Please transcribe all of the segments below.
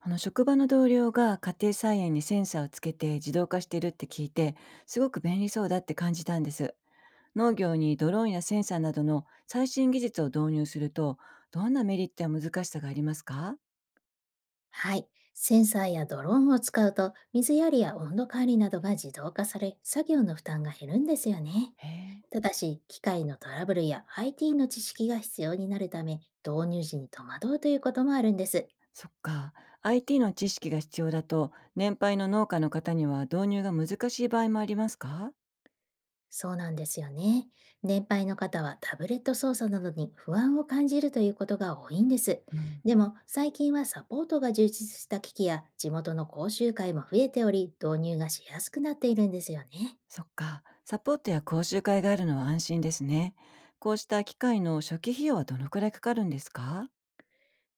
あの職場の同僚が家庭菜園にセンサーをつけて自動化してるって聞いて、すごく便利そうだって感じたんです。農業にドローンやセンサーなどの最新技術を導入すると、どんなメリットや難しさがありますか？はい。センサーやドローンを使うと、水やりや温度管理などが自動化され、作業の負担が減るんですよね。へえ。ただし、機械のトラブルや IT の知識が必要になるため、導入時に戸惑うということもあるんです。そっか。 IT の知識が必要だと年配の農家の方には導入が難しい場合もありますか？そうなんですよね。年配の方はタブレット操作などに不安を感じるということが多いんです。うん。でも、最近はサポートが充実した機器や地元の講習会も増えており、導入がしやすくなっているんですよね。そっか、サポートや講習会があるのは安心ですね。こうした機械の初期費用はどのくらいかかるんですか？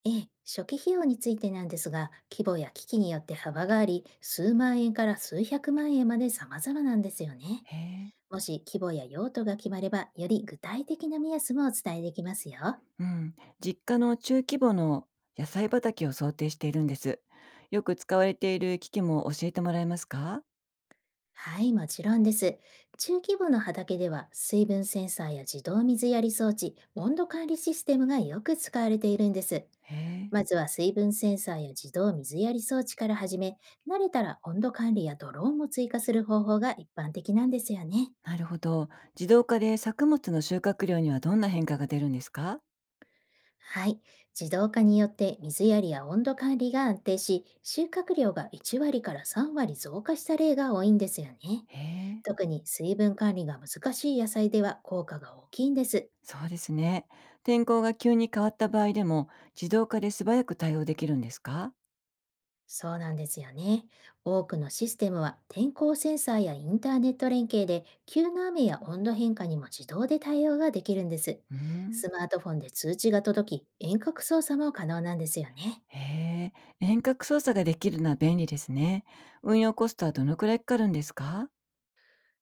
ええ、初期費用についてなんですが、規模や機器によって幅があり、数万円から数百万円まで様々なんですよね。へえ。もし規模や用途が決まれば、より具体的な目安もお伝えできますよ。うん、実家の中規模の野菜畑を想定しているんです。よく使われている機器も教えてもらえますか？はい、もちろんです。中規模の畑では、水分センサーや自動水やり装置、温度管理システムがよく使われているんです。へえ、まずは水分センサーや自動水やり装置から始め、慣れたら温度管理やドローンも追加する方法が一般的なんですよね。なるほど。自動化で作物の収穫量にはどんな変化が出るんですか？はい。自動化によって水やりや温度管理が安定し、収穫量が1割から3割増加した例が多いんですよね。へえ、特に水分管理が難しい野菜では効果が大きいんです。そうですね。天候が急に変わった場合でも自動化で素早く対応できるんですか？そうなんですよね。多くのシステムは天候センサーやインターネット連携で急な雨や温度変化にも自動で対応ができるんです。うん。スマートフォンで通知が届き、遠隔操作も可能なんですよね。へえ、遠隔操作ができるのは便利ですね。運用コストはどのくらいかかるんですか？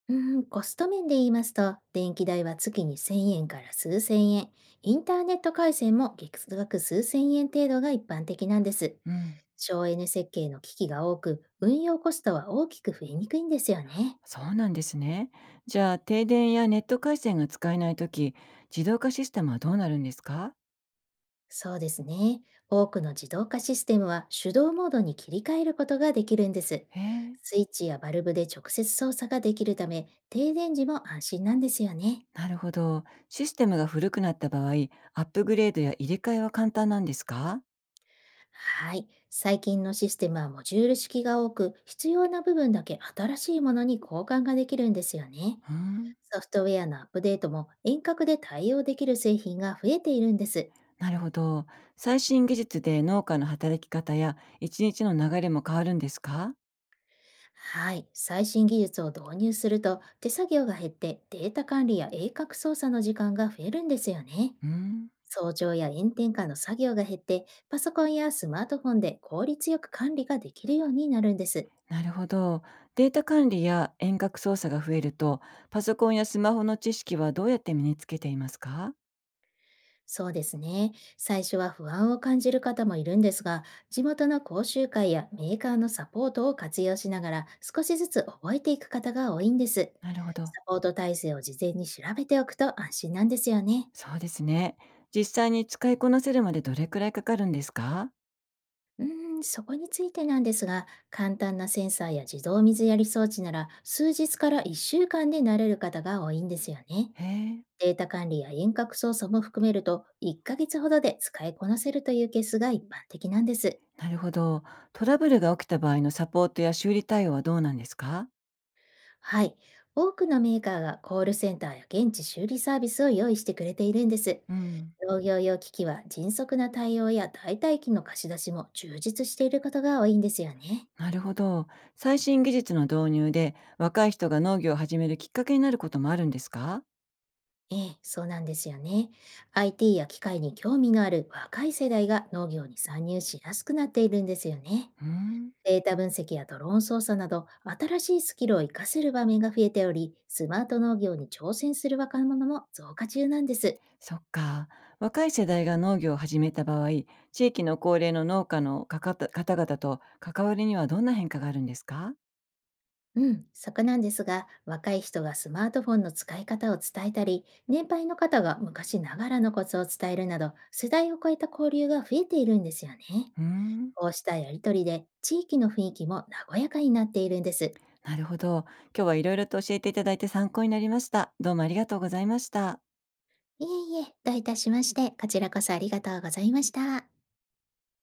うーん、コスト面で言いますと、電気代は月に1000円から数千円、インターネット回線も月額数千円程度が一般的なんです。うん。省エネ設計の機器が多く、運用コストは大きく増えにくいんですよね。そうなんですね。じゃあ、停電やネット回線が使えないとき、自動化システムはどうなるんですか？そうですね。多くの自動化システムは手動モードに切り替えることができるんです。へえ、スイッチやバルブで直接操作ができるため、停電時も安心なんですよね。なるほど。システムが古くなった場合、アップグレードや入れ替えは簡単なんですか？はい。最近のシステムはモジュール式が多く、必要な部分だけ新しいものに交換ができるんですよね。うん、ソフトウェアのアップデートも遠隔で対応できる製品が増えているんです。なるほど。最新技術で農家の働き方や一日の流れも変わるんですか？はい。最新技術を導入すると、手作業が減ってデータ管理や鋭角操作の時間が増えるんですよね。うん、早朝や炎天下の作業が減って、パソコンやスマートフォンで効率よく管理ができるようになるんです。なるほど。データ管理や遠隔操作が増えると、パソコンやスマホの知識はどうやって身につけていますか？そうですね。最初は不安を感じる方もいるんですが、地元の講習会やメーカーのサポートを活用しながら少しずつ覚えていく方が多いんです。なるほど。サポート体制を事前に調べておくと安心なんですよね。そうですね。実際に使いこなせるまでどれくらいかかるんですか？うーん、そこについてなんですが、簡単なセンサーや自動水やり装置なら数日から1週間で慣れる方が多いんですよね。へえ、データ管理や遠隔操作も含めると1ヶ月ほどで使いこなせるというケースが一般的なんです。なるほど。トラブルが起きた場合のサポートや修理対応はどうなんですか？はい。多くのメーカーがコールセンターや現地修理サービスを用意してくれているんです。うん。農業用機器は迅速な対応や代替機の貸し出しも充実していることが多いんですよね。なるほど。最新技術の導入で若い人が農業を始めるきっかけになることもあるんですか？ええ、そうなんですよね。IT や機械に興味のある若い世代が農業に参入しやすくなっているんですよね。うん。データ分析やドローン操作など新しいスキルを活かせる場面が増えており、スマート農業に挑戦する若者も増加中なんです。そっか。若い世代が農業を始めた場合、地域の高齢の農家のかかた方々と関わりにはどんな変化があるんですか？うん、そこなんですが、若い人がスマートフォンの使い方を伝えたり、年配の方が昔ながらのコツを伝えるなど、世代を超えた交流が増えているんですよね。うん。こうしたやりとりで、地域の雰囲気も和やかになっているんです。なるほど。今日はいろいろと教えていただいて参考になりました。どうもありがとうございました。いえいえ、どういたしまして、こちらこそありがとうございました。